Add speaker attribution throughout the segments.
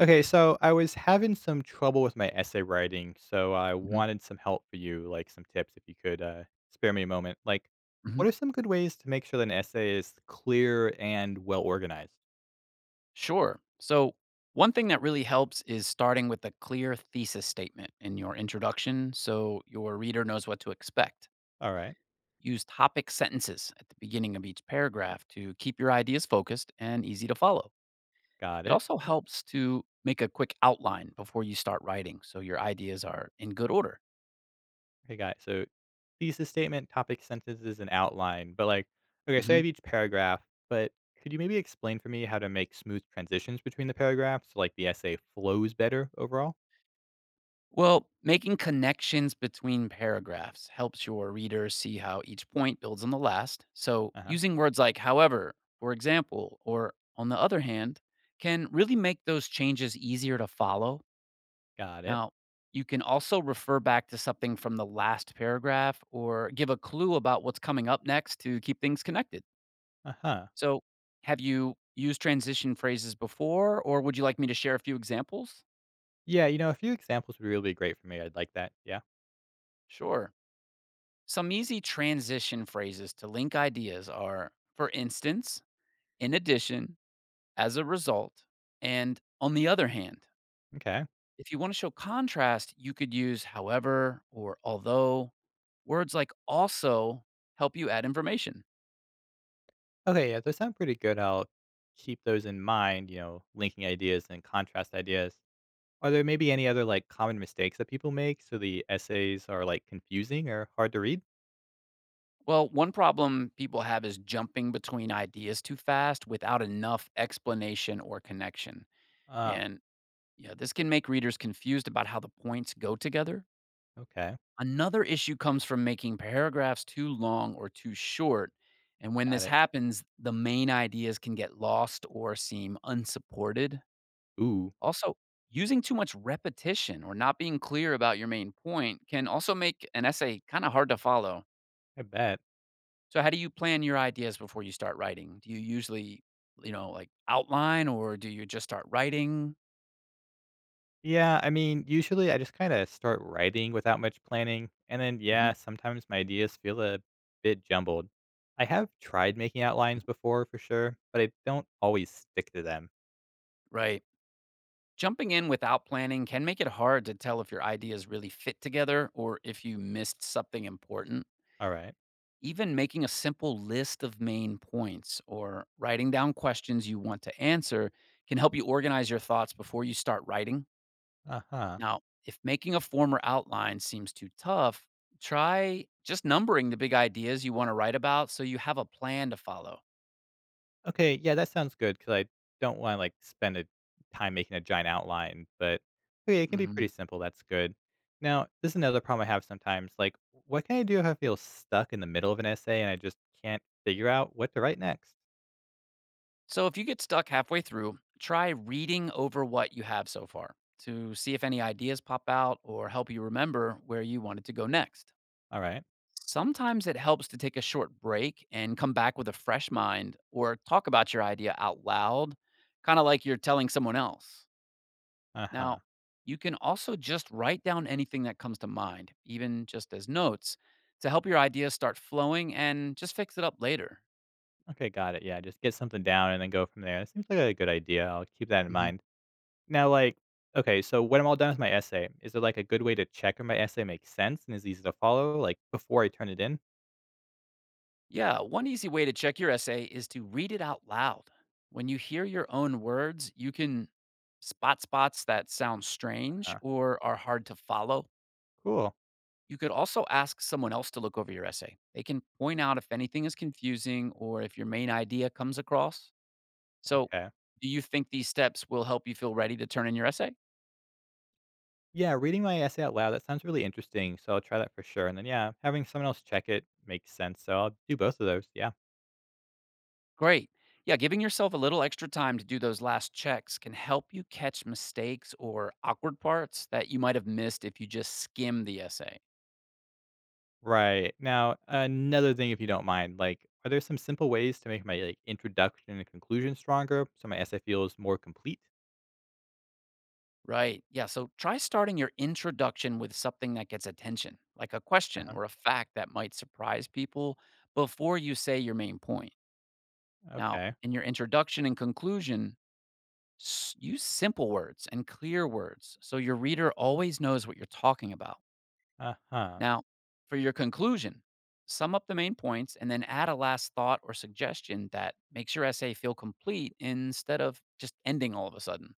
Speaker 1: Okay, so I was having some trouble with my essay writing, so I
Speaker 2: Mhm,
Speaker 1: wanted some help for you, like some tips if you could spare me a moment. Like,
Speaker 2: mhm.
Speaker 1: what are some good ways to make sure that an essay is clear and well organized?
Speaker 2: Sure. So, one thing that really helps is starting with a clear thesis statement in your introduction so your reader knows what to expect.
Speaker 1: All right,
Speaker 2: Use topic sentences at the beginning of each paragraph to keep your ideas focused and easy to follow.
Speaker 1: got
Speaker 2: It
Speaker 1: it.
Speaker 2: also helps to make a quick outline before you start writing so your ideas are in good order.
Speaker 1: Okay, got it. So, thesis statement, topic sentences, and outline. But, like, okay, so I
Speaker 2: Mhm.
Speaker 1: have each paragraph, but could you maybe explain for me how to make smooth transitions between the paragraphs so, like, the essay flows better overall?
Speaker 2: Well, making connections between paragraphs helps your reader see how each point builds on the last. So,
Speaker 1: Uh huh,
Speaker 2: using words like however, for example, or on the other hand, can really make those changes easier to follow.
Speaker 1: got it.
Speaker 2: Now, you can also refer back to something from the last paragraph or give a clue about what's coming up next to keep things connected.
Speaker 1: Uh huh.
Speaker 2: So, have you used transition phrases before, or would you like me to share a few examples?
Speaker 1: Yeah, you know, a few examples would really be great for me. I'd like that. Yeah.
Speaker 2: Sure. Some easy transition phrases to link ideas are, for instance, in addition, as a result, and on the other hand.
Speaker 1: Okay.
Speaker 2: If you want to show contrast, you could use however or although. Words like also help you add information.
Speaker 1: Okay, yeah, those sound pretty good. I'll keep those in mind, you know, linking ideas and contrast ideas. Are there maybe any other like common mistakes that people make so the essays are like confusing or hard to read?
Speaker 2: Well, one problem people have is jumping between ideas too fast without enough explanation or connection.
Speaker 1: Ah,
Speaker 2: And yeah, this can make readers confused about how the points go together.
Speaker 1: okay.
Speaker 2: Another issue comes from making paragraphs too long or too short. And when
Speaker 1: Got
Speaker 2: this
Speaker 1: it.
Speaker 2: happens, the main ideas can get lost or seem unsupported.
Speaker 1: Ooh,
Speaker 2: Also, using too much repetition or not being clear about your main point can also make an essay kind of hard to follow.
Speaker 1: I bet.
Speaker 2: So, how do you plan your ideas before you start writing? Do you usually, like outline or do you just start writing?
Speaker 1: Yeah, I mean, usually I just kind of start writing without much planning. And then, yeah,
Speaker 2: Mhm.
Speaker 1: sometimes my ideas feel a bit jumbled. I have tried making outlines before for sure, but I don't always stick to them.
Speaker 2: Right. Jumping in without planning can make it hard to tell if your ideas really fit together or if you missed something important.
Speaker 1: Alright.
Speaker 2: Even making a simple list of main points or writing down questions you want to answer can help you organize your thoughts before you start writing.
Speaker 1: Uh-huh.
Speaker 2: Now, if making a form or outline seems too tough, try just numbering the big ideas you want to write about so you have a plan to follow.
Speaker 1: Okay, yeah, that sounds good. Cause I don't wanna, like, spend a time making a giant outline, but, okay, it can be pretty
Speaker 2: Mhm.
Speaker 1: simple, that's good. Now, this is another problem I have sometimes, like, what can I do if I feel stuck in the middle of an essay and I just can't figure out what to write next?
Speaker 2: So if you get stuck halfway through, try reading over what you have so far to see if any ideas pop out or help you remember where you wanted to go next.
Speaker 1: Alright.
Speaker 2: Sometimes it helps to take a short break and come back with a fresh mind or talk about your idea out loud, kind of like you're telling someone else.
Speaker 1: Uh-huh.
Speaker 2: Now, you can also just write down anything that comes to mind, even just as notes, to help your ideas start flowing and just fix it up later.
Speaker 1: Okay, got it, yeah, just get something down and then go from there. That seems like a good idea, I'll keep that in
Speaker 2: Mhm.
Speaker 1: mind. Now, like okay, so when I'm all done with my essay, is there, like, a good way to check if my essay makes sense and is easy to follow, like, before I turn it in?
Speaker 2: Yeah, one easy way to check your essay is to read it out loud. When you hear your own words, you can spot spots that sound strange
Speaker 1: Uh,
Speaker 2: or are hard to follow.
Speaker 1: cool.
Speaker 2: You could also ask someone else to look over your essay. They can point out if anything is confusing or if your main idea comes across. So,
Speaker 1: Okay.
Speaker 2: do you think these steps will help you feel ready to turn in your essay?
Speaker 1: Yeah, reading my essay out loud, that sounds really interesting. So I'll try that for sure. And then, yeah, having someone else check it makes sense. So I'll do both of those. Yeah.
Speaker 2: Great. Yeah, giving yourself a little extra time to do those last checks can help you catch mistakes or awkward parts that you might have missed if you just skim the essay.
Speaker 1: Right. Now, another thing, if you don't mind, like, are there some simple ways to make my like introduction and conclusion stronger so my essay feels more complete?
Speaker 2: Right. Yeah. So try starting your introduction with something that gets attention, like a question
Speaker 1: Uh-huh.
Speaker 2: or a fact that might surprise people before you say your main point. Now,
Speaker 1: Okay.
Speaker 2: in your introduction and conclusion, use simple words and clear words so your reader always knows what you're talking about.
Speaker 1: Uh huh.
Speaker 2: Now, for your conclusion, sum up the main points and then add a last thought or suggestion that makes your essay feel complete instead of just ending all of a sudden.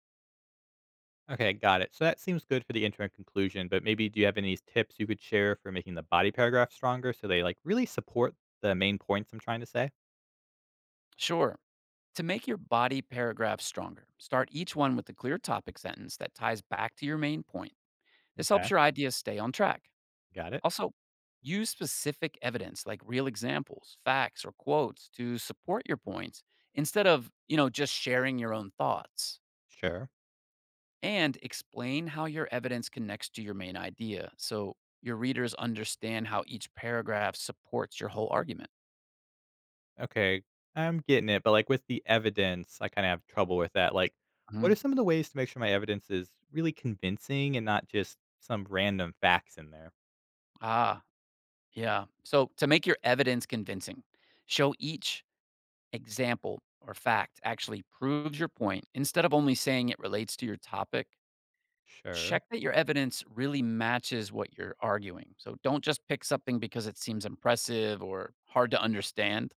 Speaker 1: Okay, got it. So that seems good for the intro and conclusion, but maybe do you have any tips you could share for making the body paragraph stronger so they like really support the main points I'm trying to say?
Speaker 2: Sure. To make your body paragraph stronger, start each one with a clear topic sentence that ties back to your main point. This
Speaker 1: Okay,
Speaker 2: helps your ideas stay on track.
Speaker 1: got it.
Speaker 2: Also, use specific evidence like real examples, facts, or quotes to support your points instead of, just sharing your own thoughts,
Speaker 1: Sure.
Speaker 2: and explain how your evidence connects to your main idea so your readers understand how each paragraph supports your whole argument.
Speaker 1: Okay, I'm getting it, but, like, with the evidence, I kinda have trouble with that, like, what are
Speaker 2: Mhm.
Speaker 1: some of the ways to make sure my evidence is really convincing and not just some random facts in there?
Speaker 2: Ah, yeah. So to make your evidence convincing, show each example or fact actually proves your point instead of only saying it relates to your topic.
Speaker 1: Sure,
Speaker 2: Check that your evidence really matches what you're arguing. So don't just pick something because it seems impressive or hard to understand.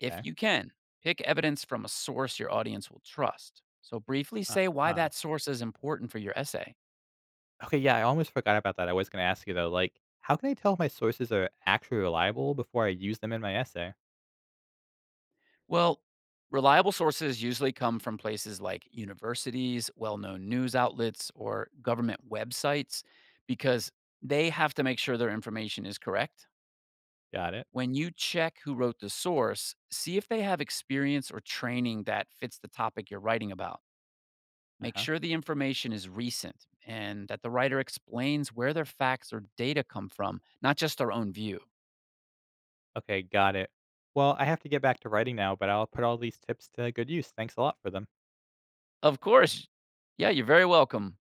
Speaker 2: If
Speaker 1: okay,
Speaker 2: you can, pick evidence from a source your audience will trust. So, briefly say why
Speaker 1: uh-huh.
Speaker 2: that source is important for your essay.
Speaker 1: Okay, yeah, I almost forgot about that, I was gonna ask you, though, like, how can I tell if my sources are actually reliable before I use them in my essay?
Speaker 2: Well, reliable sources usually come from places like universities, well known news outlets, or government websites because they have to make sure their information is correct.
Speaker 1: Got it,
Speaker 2: When you check who wrote the source, see if they have experience or training that fits the topic you're writing about. Make
Speaker 1: uh-huh,
Speaker 2: sure the information is recent and that the writer explains where their facts or data come from, not just their own view.
Speaker 1: okay, got it. Well, I have to get back to writing now, but I'll put all these tips to good use, thanks a lot for them.
Speaker 2: Of course. Yeah, you're very welcome.